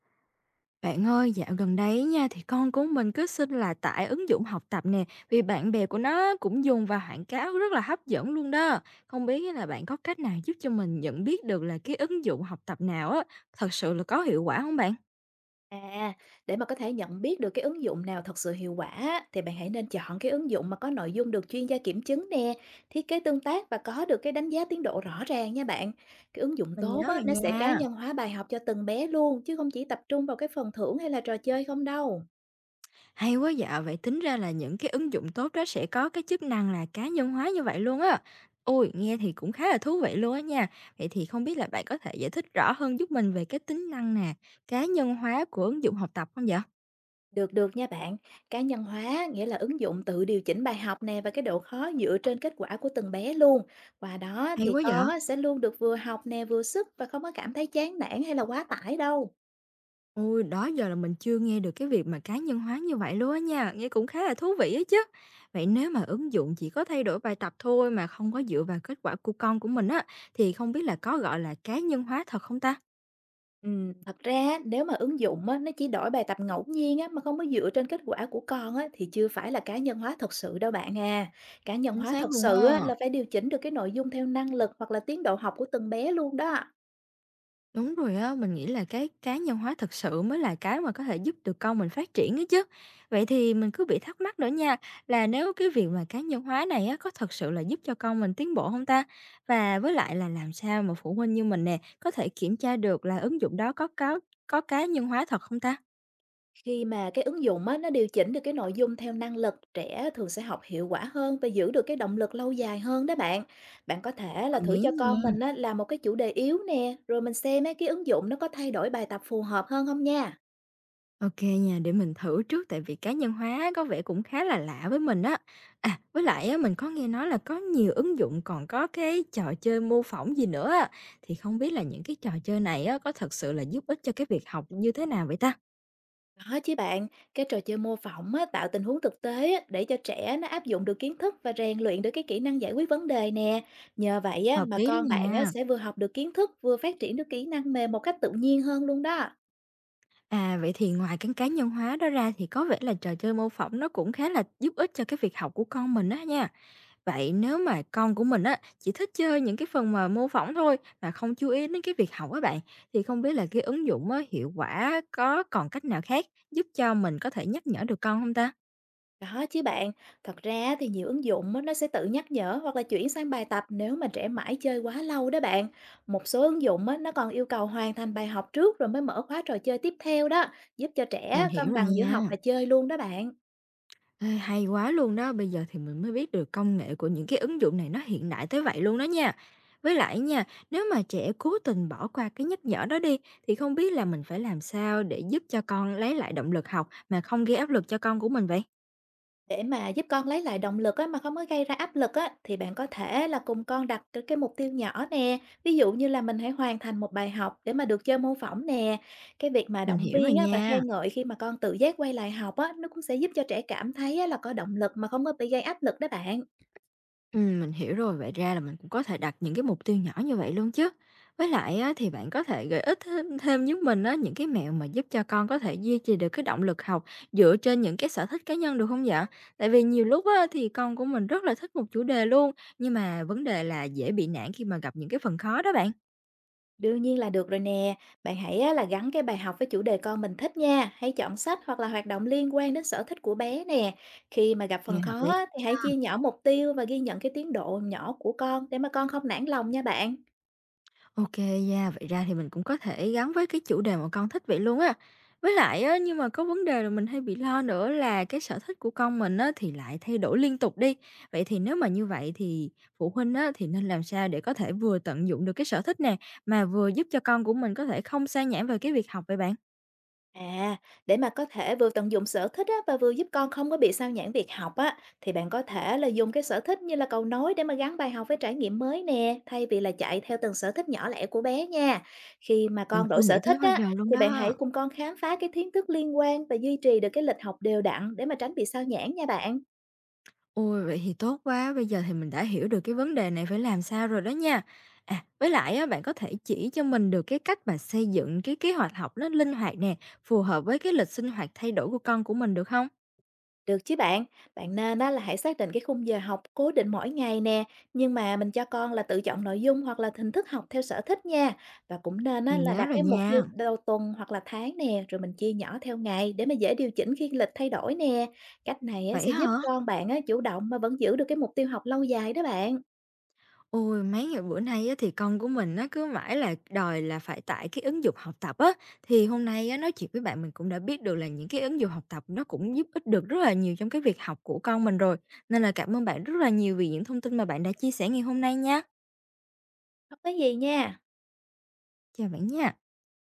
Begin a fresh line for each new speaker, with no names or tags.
Bạn ơi, dạo gần đây nha thì con của mình cứ xin là tải ứng dụng học tập nè, vì bạn bè của nó cũng dùng và quảng cáo rất là hấp dẫn luôn đó. Không biết là bạn có cách nào giúp cho mình nhận biết được là cái ứng dụng học tập nào á thật sự là có hiệu quả không bạn?
À, để mà có thể nhận biết được cái ứng dụng nào thật sự hiệu quả á, thì bạn hãy nên chọn cái ứng dụng mà có nội dung được chuyên gia kiểm chứng nè, thiết kế tương tác và có được cái đánh giá tiến độ rõ ràng nha bạn. Cái ứng dụng
Mình
tốt
nhớ
á,
rồi
nó sẽ cá
nha.
nhân hóa bài học cho từng bé luôn, chứ không chỉ tập trung vào cái phần thưởng hay là trò chơi không đâu.
Hay quá dạ, vậy tính ra là những cái ứng dụng tốt đó sẽ có cái chức năng là cá nhân hóa như vậy luôn á. Ôi, nghe thì cũng khá là thú vị luôn á nha. Vậy thì không biết là bạn có thể giải thích rõ hơn giúp mình về cái tính năng nè, cá nhân hóa của ứng dụng học tập không dạ?
Được được nha bạn, cá nhân hóa nghĩa là ứng dụng tự điều chỉnh bài học nè và cái độ khó dựa trên kết quả của từng bé luôn. Qua đó
Hay
thì
quá vậy!
con á, sẽ luôn được vừa học nè vừa sức và không có cảm thấy chán nản hay là quá tải đâu.
Ôi, đó giờ là mình chưa nghe được cái việc mà cá nhân hóa như vậy luôn á nha, nghe cũng khá là thú vị á chứ. Vậy nếu mà ứng dụng chỉ có thay đổi bài tập thôi mà không có dựa vào kết quả của con của mình á, thì không biết là có gọi là cá nhân hóa thật không ta?
Thật ra á, nếu mà ứng dụng á, nó chỉ đổi bài tập ngẫu nhiên á, mà không có dựa trên kết quả của con á, thì chưa phải là cá nhân hóa thật sự đâu bạn à. Cá nhân
Chính
hóa thật
xác luôn
sự á,
á.
là phải điều chỉnh được cái nội dung theo năng lực hoặc là tiến độ học của từng bé luôn đó.
Đúng rồi á, mình nghĩ là cái cá nhân hóa thực sự mới là cái mà có thể giúp được con mình phát triển ấy chứ. Vậy thì mình cứ bị thắc mắc nữa nha, là nếu cái việc mà cá nhân hóa này á, có thật sự là giúp cho con mình tiến bộ không ta? Và với lại là làm sao mà phụ huynh như mình nè, có thể kiểm tra được là ứng dụng đó có cá nhân hóa thật không ta?
Khi mà cái ứng dụng á, nó điều chỉnh được cái nội dung theo năng lực, trẻ thường sẽ học hiệu quả hơn và giữ được cái động lực lâu dài hơn đó bạn. Bạn có thể là
Đồng
thử
ý
cho con
nha.
mình á, làm một cái chủ đề yếu nè, rồi mình xem á, cái ứng dụng nó có thay đổi bài tập phù hợp hơn không nha.
OK nha, để mình thử trước tại vì cá nhân hóa có vẻ cũng khá là lạ với mình á. À, với lại á, mình có nghe nói là có nhiều ứng dụng còn có cái trò chơi mô phỏng gì nữa á, thì không biết là những cái trò chơi này á, có thật sự là giúp ích cho cái việc học như thế nào vậy ta?
Đó chứ bạn, cái trò chơi mô phỏng á, tạo tình huống thực tế á, để cho trẻ nó áp dụng được kiến thức và rèn luyện được cái kỹ năng giải quyết vấn đề nè. Nhờ vậy á,
Hợp
mà
lý đó
con bạn á,
nha.
sẽ vừa học được kiến thức vừa phát triển được kỹ năng mềm một cách tự nhiên hơn luôn đó.
À, vậy thì ngoài cái cá nhân hóa đó ra thì có vẻ là trò chơi mô phỏng nó cũng khá là giúp ích cho cái việc học của con mình đó nha. Vậy nếu mà con của mình á, chỉ thích chơi những cái phần mà mô phỏng thôi mà không chú ý đến cái việc học á bạn, thì không biết là cái ứng dụng á, hiệu quả có còn cách nào khác giúp cho mình có thể nhắc nhở được con không ta?
Đó chứ bạn, thật ra thì nhiều ứng dụng á, nó sẽ tự nhắc nhở hoặc là chuyển sang bài tập nếu mà trẻ mãi chơi quá lâu đó bạn. Một số ứng dụng á, nó còn yêu cầu hoàn thành bài học trước rồi mới mở khóa trò chơi tiếp theo đó, giúp cho
Mình
trẻ
hiểu
cân
rồi
bằng giữa học
nha.
và chơi luôn đó bạn.
Ê, hay quá luôn đó, bây giờ thì mình mới biết được công nghệ của những cái ứng dụng này nó hiện đại tới vậy luôn đó nha. Với lại nha, nếu mà trẻ cố tình bỏ qua cái nhắc nhở đó đi, thì không biết là mình phải làm sao để giúp cho con lấy lại động lực học mà không gây áp lực cho con của mình vậy?
Để mà giúp con lấy lại động lực á, mà không có gây ra áp lực á, thì bạn có thể là cùng con đặt cái mục tiêu nhỏ nè. Ví dụ như là mình hãy hoàn thành một bài học để mà được chơi mô phỏng nè. Cái việc mà
Mình
động
hiểu rồi
viên á, và
nha.
khen ngợi khi mà con tự giác quay lại học á, nó cũng sẽ giúp cho trẻ cảm thấy á, là có động lực mà không có bị gây áp lực đó bạn.
Mình hiểu rồi, vậy ra là mình cũng có thể đặt những cái mục tiêu nhỏ như vậy luôn chứ. Với lại á, thì bạn có thể gợi ích thêm thêm giúp mình á, những cái mẹo mà giúp cho con có thể duy trì được cái động lực học dựa trên những cái sở thích cá nhân được không dạ? Tại vì nhiều lúc á, thì con của mình rất là thích một chủ đề luôn, nhưng mà vấn đề là dễ bị nản khi mà gặp những cái phần khó đó bạn.
Đương nhiên là được rồi nè, bạn hãy á, là gắn cái bài học với chủ đề con mình thích nha, hãy chọn sách hoặc là hoạt động liên quan đến sở thích của bé nè. Khi mà gặp
Nghe
phần
hợp
khó
lý.
á, thì hãy chia nhỏ mục tiêu và ghi nhận cái tiến độ nhỏ của con để mà con không nản lòng nha bạn.
OK nha, vậy ra thì mình cũng có thể gắn với cái chủ đề mà con thích vậy luôn á. Với lại á, nhưng mà có vấn đề là mình hay bị lo nữa là cái sở thích của con mình á, thì lại thay đổi liên tục đi. Vậy thì nếu mà như vậy thì phụ huynh á, thì nên làm sao để có thể vừa tận dụng được cái sở thích nè, mà vừa giúp cho con của mình có thể không sa nhãng về cái việc học vậy bạn?
À, để mà có thể vừa tận dụng sở thích á, và vừa giúp con không có bị sao nhãng việc học á, thì bạn có thể là dùng cái sở thích như là cầu nối để mà gắn bài học với trải nghiệm mới nè, thay vì là chạy theo từng sở thích nhỏ lẻ của bé nha. Khi mà
Mình
con đổi
chưa
sở
nghĩ
thích
tới bao
á,
giờ luôn
thì bạn hãy
đó.
cùng con khám phá cái kiến thức liên quan và duy trì được cái lịch học đều đặn để mà tránh bị sao nhãng nha bạn.
Ôi, vậy thì tốt quá, bây giờ thì mình đã hiểu được cái vấn đề này phải làm sao rồi đó nha. À, với lại á, bạn có thể chỉ cho mình được cái cách mà xây dựng cái kế hoạch học nó linh hoạt nè, phù hợp với cái lịch sinh hoạt thay đổi của con của mình được không?
Được chứ bạn, bạn nên đó là hãy xác định cái khung giờ học cố định mỗi ngày nè, nhưng mà mình cho con là tự chọn nội dung hoặc là hình thức học theo sở thích nha. Và cũng nên á,
Mình
là
nhớ
đặt
rồi
cái mục tiêu
nha.
đầu tuần hoặc là tháng nè, rồi mình chia nhỏ theo ngày để mà dễ điều chỉnh khi lịch thay đổi nè. Cách này á,
Vậy
sẽ giúp
hả?
con bạn á, chủ động mà vẫn giữ được cái mục tiêu học lâu dài đó bạn.
Ôi, mấy ngày bữa nay á, thì con của mình nó cứ mãi là đòi là phải tải cái ứng dụng học tập á. Thì hôm nay á, nói chuyện với bạn mình cũng đã biết được là những cái ứng dụng học tập nó cũng giúp ích được rất là nhiều trong cái việc học của con mình rồi. Nên là cảm ơn bạn rất là nhiều vì những thông tin mà bạn đã chia sẻ ngày hôm nay nha.
Không có gì nha.
Chào bạn nha.